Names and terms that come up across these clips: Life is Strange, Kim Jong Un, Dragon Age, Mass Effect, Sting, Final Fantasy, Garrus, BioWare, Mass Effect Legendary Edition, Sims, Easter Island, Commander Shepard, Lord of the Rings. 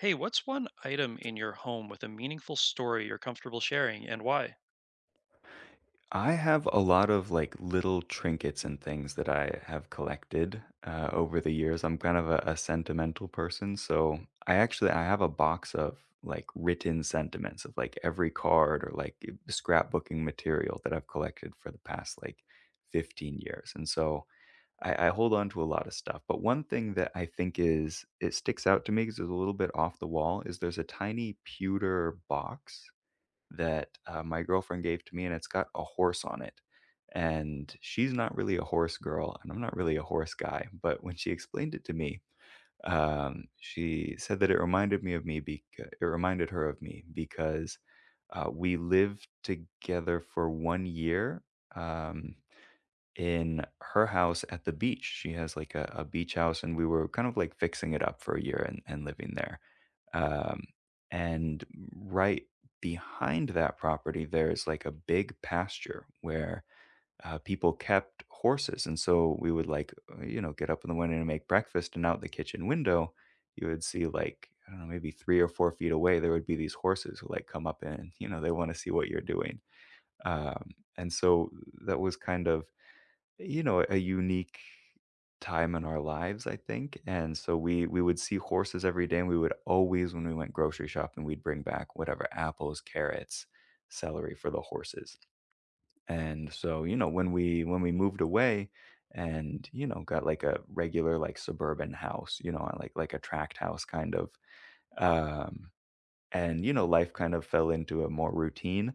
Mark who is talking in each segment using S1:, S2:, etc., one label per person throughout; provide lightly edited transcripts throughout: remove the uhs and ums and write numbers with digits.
S1: Hey, what's one item in your home with a meaningful story you're comfortable sharing and why?
S2: I have a lot of little trinkets and things that I have collected over the years. I'm kind of a sentimental person, so I actually I have a box of like written sentiments of like every card or like scrapbooking material that I've collected for the past like 15 years, and so I hold on to a lot of stuff. But one thing that I think is it sticks out to me because it's a little bit off the wall is there's a tiny pewter box that, my girlfriend gave to me, and it's got a horse on it. And she's not really a horse girl, and I'm not really a horse guy, but when she explained it to me, she said that it reminded me of me becau it reminded her of me because, we lived together for 1 year, um in her house at the beach. She has like a beach house, and we were kind of like fixing it up for a year and, living there. Um, and right behind that property, there's like a big pasture where people kept horses. And so we would like, get up in the morning and make breakfast, and out the kitchen window, you would see like, I don't know, maybe 3 or 4 feet away, there would be these horses who like come up and, you know, they want to see what you're doing. Um, and so that was kind of, you know, a unique time in our lives, I think. And so we would see horses every day, and we would always, when we went grocery shopping, we'd bring back whatever apples, carrots, celery for the horses. And so, you know, when we moved away and, you know, got like a regular like suburban house, you know, like a tract house kind of. Um and You know, life kind of fell into a more routine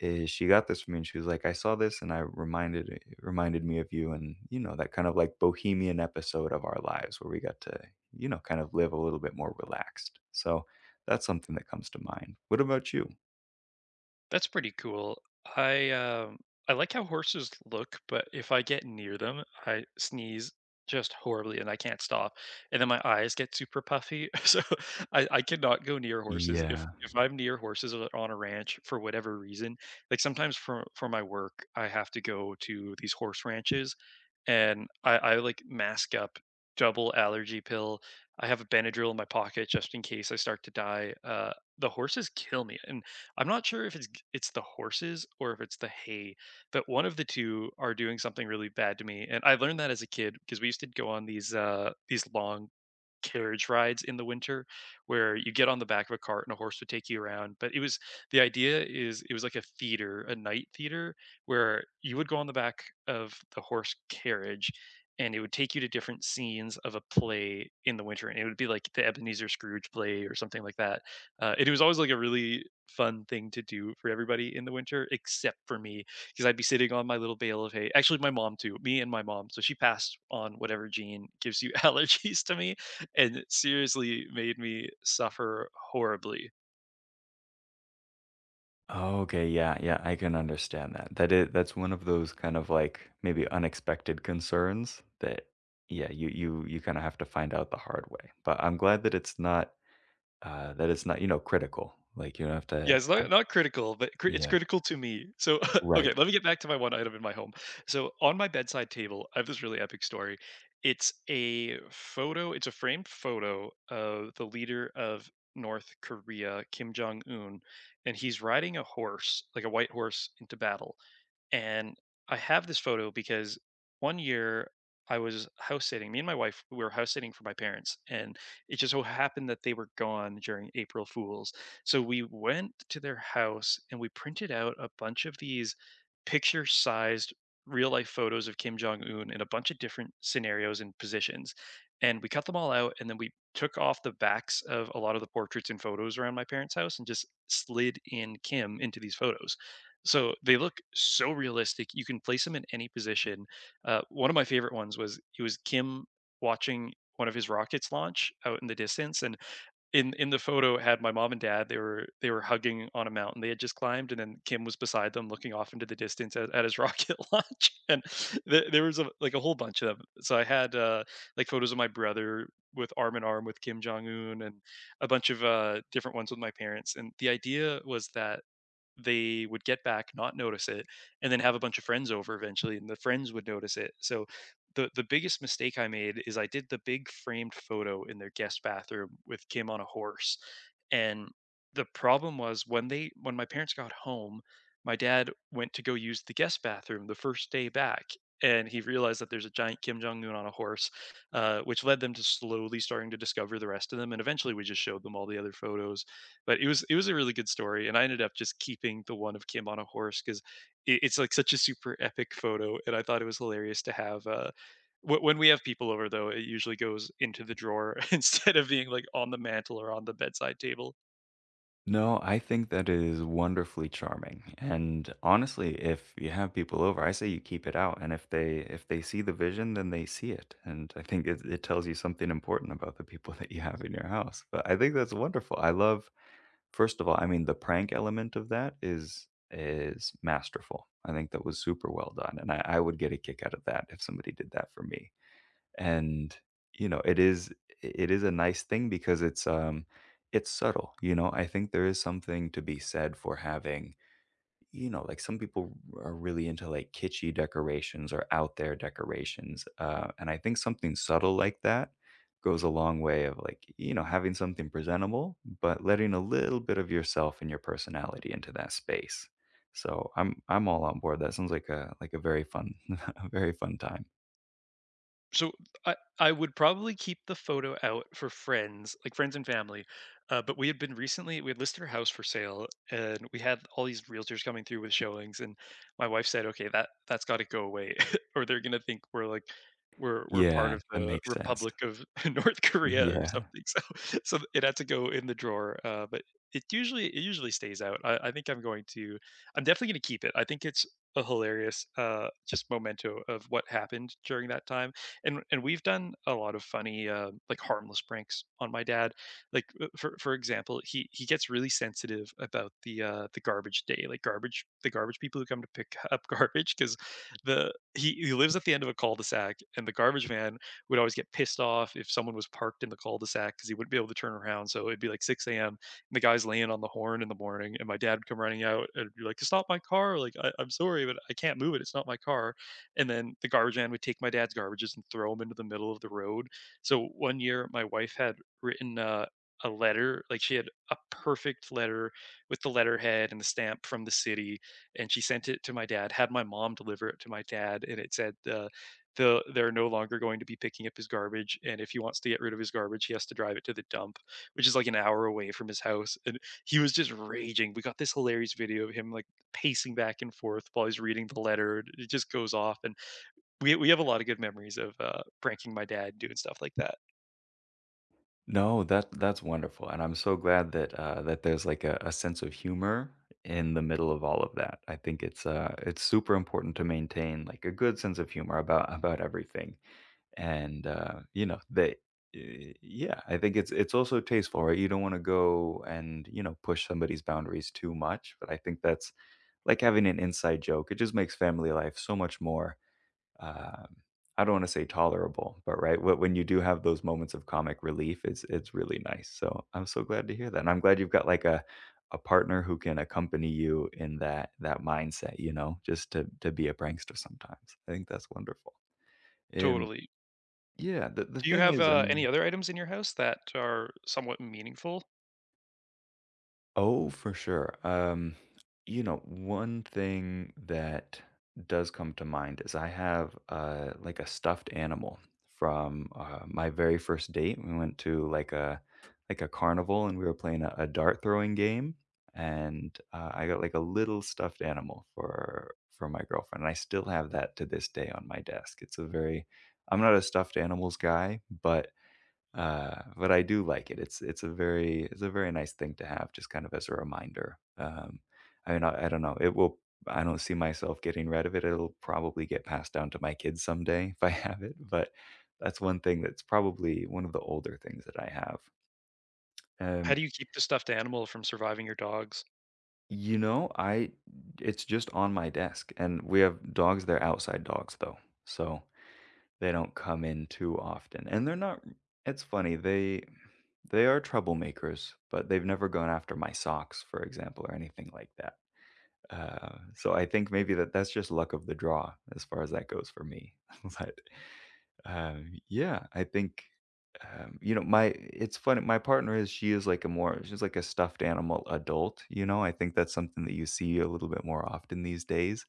S2: is she got this for me and she was like, "I saw this and I reminded it reminded me of you," and, you know, that kind of, like, bohemian episode of our lives where we got to, you know, kind of live a little bit more relaxed. So, that's something that comes to mind. What about you?
S1: That's pretty cool. I I like how horses look, but if I get near them, I sneeze just horribly and I can't stop. And then my eyes get super puffy. So I cannot go near horses. If
S2: Yeah.
S1: if I'm near horses or on a ranch for whatever reason, like sometimes for my work, I have to go to these horse ranches and I like mask up double allergy pill. I have a Benadryl in my pocket just in case I start to die. The horses kill me. And I'm not sure if it's the horses or if it's the hay, but one of the two are doing something really bad to me. And I learned that as a kid because we used to go on these long carriage rides in the winter where you get on the back of a cart and a horse would take you around, but it was the idea is it was like a theater, a night theater where you would go on the back of the horse carriage, and it would take you to different scenes of a play in the winter, and it would be like the Ebenezer Scrooge play or something like that. And it was always like a really fun thing to do for everybody in the winter except for me, because I'd be sitting on my little bale of hay. Actually, my mom too, me and my mom, so she passed on whatever gene gives you allergies to me, and it seriously made me suffer horribly.
S2: Oh, okay, yeah, yeah, I can understand that. That is, that's one of those kind of, like, maybe unexpected concerns that, yeah, you you kinda have to find out the hard way. But I'm glad that it's not, you know, critical. Like, you don't have
S1: Yeah,
S2: to
S1: it's
S2: have.
S1: not critical, but cri it's
S2: Yeah,
S1: critical to me. So, okay,
S2: right.
S1: let me get back to my one item in my home. So, on my bedside table, I have this really epic story. It's a photo it's a framed photo of the leader of North Korea, Kim Jong Un, and he's riding a horse, like a white horse, into battle. And I have this photo because one year I was house sitting. Me and my wife, we were house sitting for my parents, and it just so happened that they were gone during April Fools. So we went to their house and we printed out a bunch of these picture sized real life photos of Kim Jong Un in a bunch of different scenarios and positions. And we cut them all out, and then we took off the backs of a lot of the portraits and photos around my parents' house and just slid in Kim into these photos. So they look so realistic. You can place him in any position. One of my favorite ones was it was Kim watching one of his rockets launch out in the distance, and in the photo it had my mom and dad. They were hugging on a mountain they had just climbed, and then Kim was beside them, looking off into the distance at his rocket launch. And there was a, like a whole bunch of them. So I had like photos of my brother with arm in arm with Kim Jong Un, and a bunch of different ones with my parents. And the idea was that they would get back, not notice it, and then have a bunch of friends over eventually, and the friends would notice it. So the biggest mistake I made is I did the big framed photo in their guest bathroom with Kim on a horse. And the problem was when my parents got home, my dad went to go use the guest bathroom the first day back. And he realized that there's a giant Kim Jong Un on a horse, which led them to slowly starting to discover the rest of them. And eventually, we just showed them all the other photos, but it was a really good story, and I ended up just keeping the one of Kim on a horse because it's like such a super epic photo, and I thought it was hilarious to have. When we have people over, though, it usually goes into the drawer instead of being like on the mantle or on the bedside table.
S2: No, I think that is wonderfully charming. And honestly, if you have people over, I say you keep it out. And if they see the vision, then they see it. And I think it, it tells you something important about the people that you have in your house. But I think that's wonderful. I love, first of all, I mean, the prank element of that is masterful. I think that was super well done. And I would get a kick out of that if somebody did that for me. And you know, it is, it is a nice thing because it's, it's subtle. You know, I think there is something to be said for having, you know, like some people are really into like kitschy decorations or out there decorations, and I think something subtle like that goes a long way of like, you know, having something presentable but letting a little bit of yourself and your personality into that space. So I'm all on board. That sounds like a very fun a very fun time.
S1: So I would probably keep the photo out for friends, like friends and family. But we had been recently, we had listed our house for sale, and we had all these realtors coming through with showings. And my wife said, "Okay, that's got to go away, or they're gonna think we're like we're part
S2: Yeah,
S1: of
S2: that
S1: the
S2: makes sense.
S1: Republic of North Korea or
S2: Yeah.
S1: something." So so it had to go in the drawer. But it usually stays out. I think I'm going to, I'm definitely gonna keep it. I think it's a hilarious just memento of what happened during that time. And we've done a lot of funny, like harmless pranks on my dad. Like for example, he gets really sensitive about the garbage day, like garbage the garbage people who come to pick up garbage, because the he lives at the end of a cul-de-sac, and the garbage man would always get pissed off if someone was parked in the cul-de-sac because he wouldn't be able to turn around. So it'd be like 6 a.m. and the guy's laying on the horn in the morning, and my dad would come running out and be like, "It's not my car! Like I'm sorry, but I can't move it. It's not my car." And then the garbage man would take my dad's garbages and throw them into the middle of the road. So one year, my wife had written a letter, like she had a perfect letter with the letterhead and the stamp from the city, and she sent it to my dad. Had my mom deliver it to my dad, and it said, They're no longer going to be picking up his garbage, and if he wants to get rid of his garbage, he has to drive it to the dump, which is like an hour away from his house." And he was just raging. We got this hilarious video of him like pacing back and forth while he's reading the letter. It just goes off, and we have a lot of good memories of pranking my dad, doing stuff like that.
S2: No, that that's wonderful, and I'm so glad that, that there's like a sense of humor in the middle of all of that. I think it's, it's super important to maintain like a good sense of humor about everything, and you know they, yeah, I think it's also tasteful, right? You don't want to go and, you know, push somebody's boundaries too much, but I think that's like having an inside joke. It just makes family life so much more, um, I don't want to say tolerable, but right when you do have those moments of comic relief, it's really nice. So I'm so glad to hear that, and I'm glad you've got like a partner who can accompany you in that that mindset. You know, just to be a prankster sometimes. I think that's wonderful. Um,
S1: Totally.
S2: yeah, the
S1: Do you
S2: thing
S1: have
S2: is, I
S1: any
S2: mean,
S1: other items in your house that are somewhat meaningful?
S2: oh, for sure. You know, one thing that does come to mind is I have, like a stuffed animal from, my very first date. We went to like a carnival and we were playing a dart throwing game, and I got like a little stuffed animal for my girlfriend. And I still have that to this day on my desk. It's a very, I'm not a stuffed animals guy, but I do like it. It's a very nice thing to have, just kind of as a reminder. I mean, I, don't know. It will. I don't see myself getting rid of it. It'll probably get passed down to my kids someday if I have it. But that's one thing that's probably one of the older things that I have.
S1: How do
S2: Um,
S1: you keep the stuffed animal from surviving your dogs?
S2: you know, I it's just on my desk, and we have dogs. They're outside dogs though, so they don't come in too often, and they're not, it's funny, they are troublemakers, but they've never gone after my socks, for example, or anything like that. So I think maybe that that's just luck of the draw as far as that goes for me. But, yeah, I think, you know, my it's funny, my partner is she is like a more she's like a stuffed animal adult, you know? I think that's something that you see a little bit more often these days,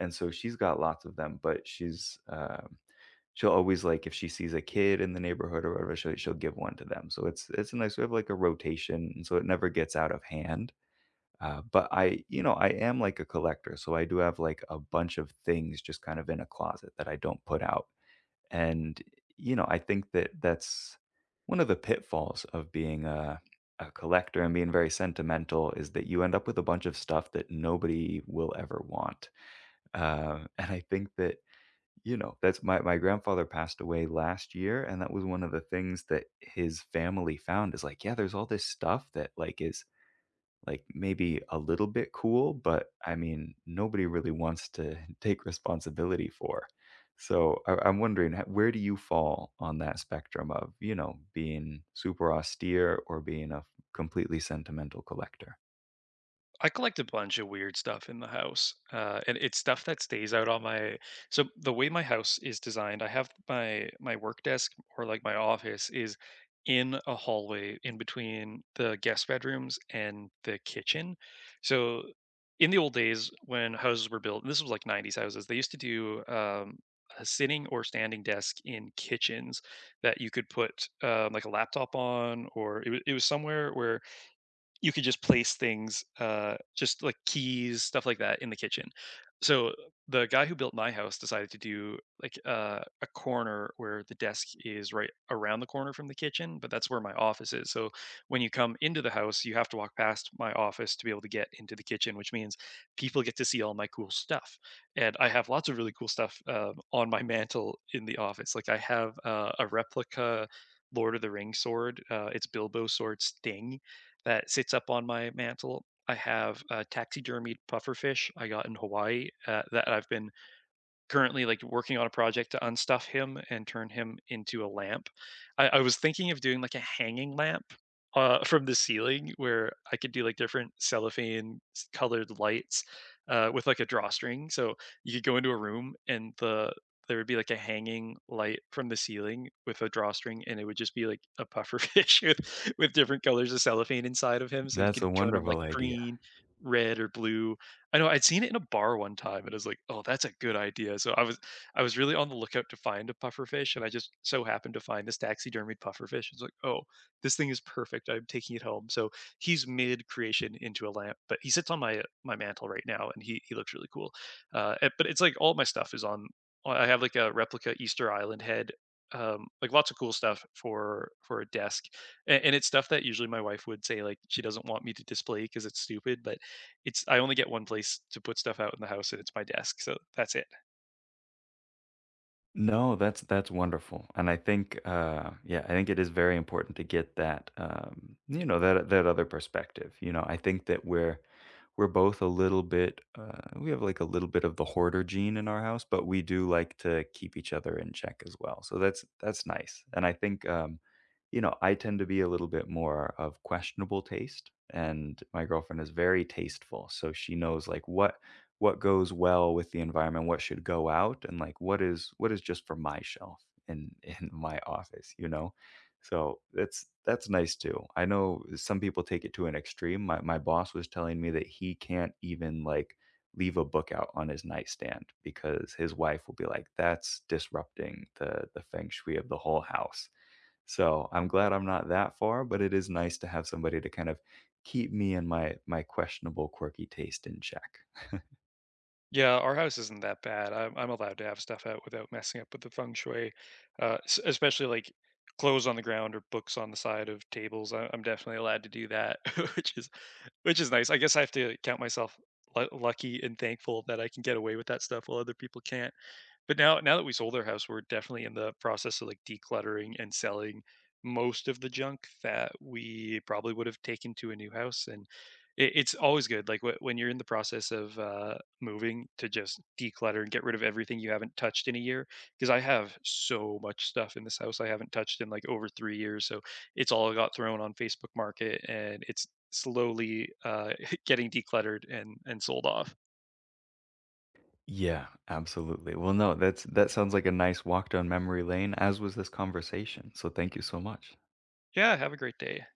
S2: and so she's got lots of them, but she's, she'll always, like, if she sees a kid in the neighborhood or whatever, she'll give one to them. So it's a nice we have, like, a rotation, and so it never gets out of hand. But I you know, I am, like, a collector, so I do have, like, a bunch of things just kind of in a closet that I don't put out. And, you know, I think that that's one of the pitfalls of being a collector and being very sentimental is that you end up with a bunch of stuff that nobody will ever want. And I think that, you know, that's my my grandfather passed away last year, and that was one of the things that his family found is like, yeah, there's all this stuff that like is like maybe a little bit cool, but I mean, nobody really wants to take responsibility for. So I, I'm wondering, where do you fall on that spectrum of, you know, being super austere or being a completely sentimental collector?
S1: I collect a bunch of weird stuff in the house, and it's stuff that stays out on my. So the way my house is designed, I have my work desk, or like my office is in a hallway in between the guest bedrooms and the kitchen. So in the old days when houses were built, and this was like '90s houses, they used to do a sitting or standing desk in kitchens that you could put like a laptop on, or it was somewhere where you could just place things, just like keys, stuff like that in the kitchen. So the guy who built my house decided to do like a corner where the desk is right around the corner from the kitchen, but that's where my office is. So when you come into the house, you have to walk past my office to be able to get into the kitchen, which means people get to see all my cool stuff. And I have lots of really cool stuff on my mantle in the office. Like I have a replica Lord of the Rings sword. It's Bilbo sword Sting, that sits up on my mantle. I have a taxidermied pufferfish I got in Hawaii, that I've been currently like working on a project to unstuff him and turn him into a lamp. I was thinking of doing like a hanging lamp from the ceiling where I could do like different cellophane colored lights with like a drawstring. So you could go into a room, and there would be like a hanging light from the ceiling with a drawstring, and it would just be like a puffer fish with different colors of cellophane inside of him, so you
S2: That's a
S1: could turn him like
S2: wonderful idea.
S1: green, red or blue. I know, I'd seen it in a bar one time, and I was like, "Oh, that's a good idea." So I was really on the lookout to find a pufferfish, and I just so happened to find this taxidermied pufferfish. It's like, "Oh, this thing is perfect. I'm taking it home." So he's mid creation into a lamp, but he sits on my mantle right now, and he looks really cool. But it's like all my stuff is on. Uh, I have like a replica Easter Island head. Like lots of cool stuff for a desk, and it's stuff that usually my wife would say like she doesn't want me to display because it's stupid. Like it's I only get one place to put stuff out in the house, and it's my desk, so that's it.
S2: No, that's wonderful, and I think, yeah, I think it is very important to get that, you know, that that other perspective. You know, I think that we're both a little bit, we have like a little bit of the hoarder gene in our house, but we do like to keep each other in check as well. So that's nice. And I think, you know, I tend to be a little bit more of questionable taste and my girlfriend is very tasteful. So she knows like what goes well with the environment, what should go out and like what is just for my shelf in in my office, you know? So that's nice too. I know some people take it to an extreme. My boss was telling me that he can't even like leave a book out on his nightstand because his wife will be like, "That's disrupting the feng shui of the whole house." So I'm glad I'm not that far, but it is nice to have somebody to kind of keep me and my questionable quirky taste in check.
S1: Yeah, our house isn't that bad. I'm allowed to have stuff out without messing up with the feng shui, especially like clothes on the ground or books on the side of tables. I'm definitely allowed to do that, which is which is nice. I guess I have to count myself lucky and thankful that I can get away with that stuff while other people can't. But now that we sold our house, we're definitely in the process of, like, decluttering and selling most of the junk that we probably would have taken to a new house, and it's always good, like, when you're in the process of, moving to just declutter and get rid of everything you haven't touched in a year. Because I have so much stuff in this house I haven't touched in, like, over 3 years, so it's all got thrown on Facebook Market, and it's slowly, getting decluttered and sold off.
S2: Yeah, absolutely. Well, no, that's that sounds like a nice walk down memory lane, as was this conversation. So thank you so much.
S1: Yeah, have a great day.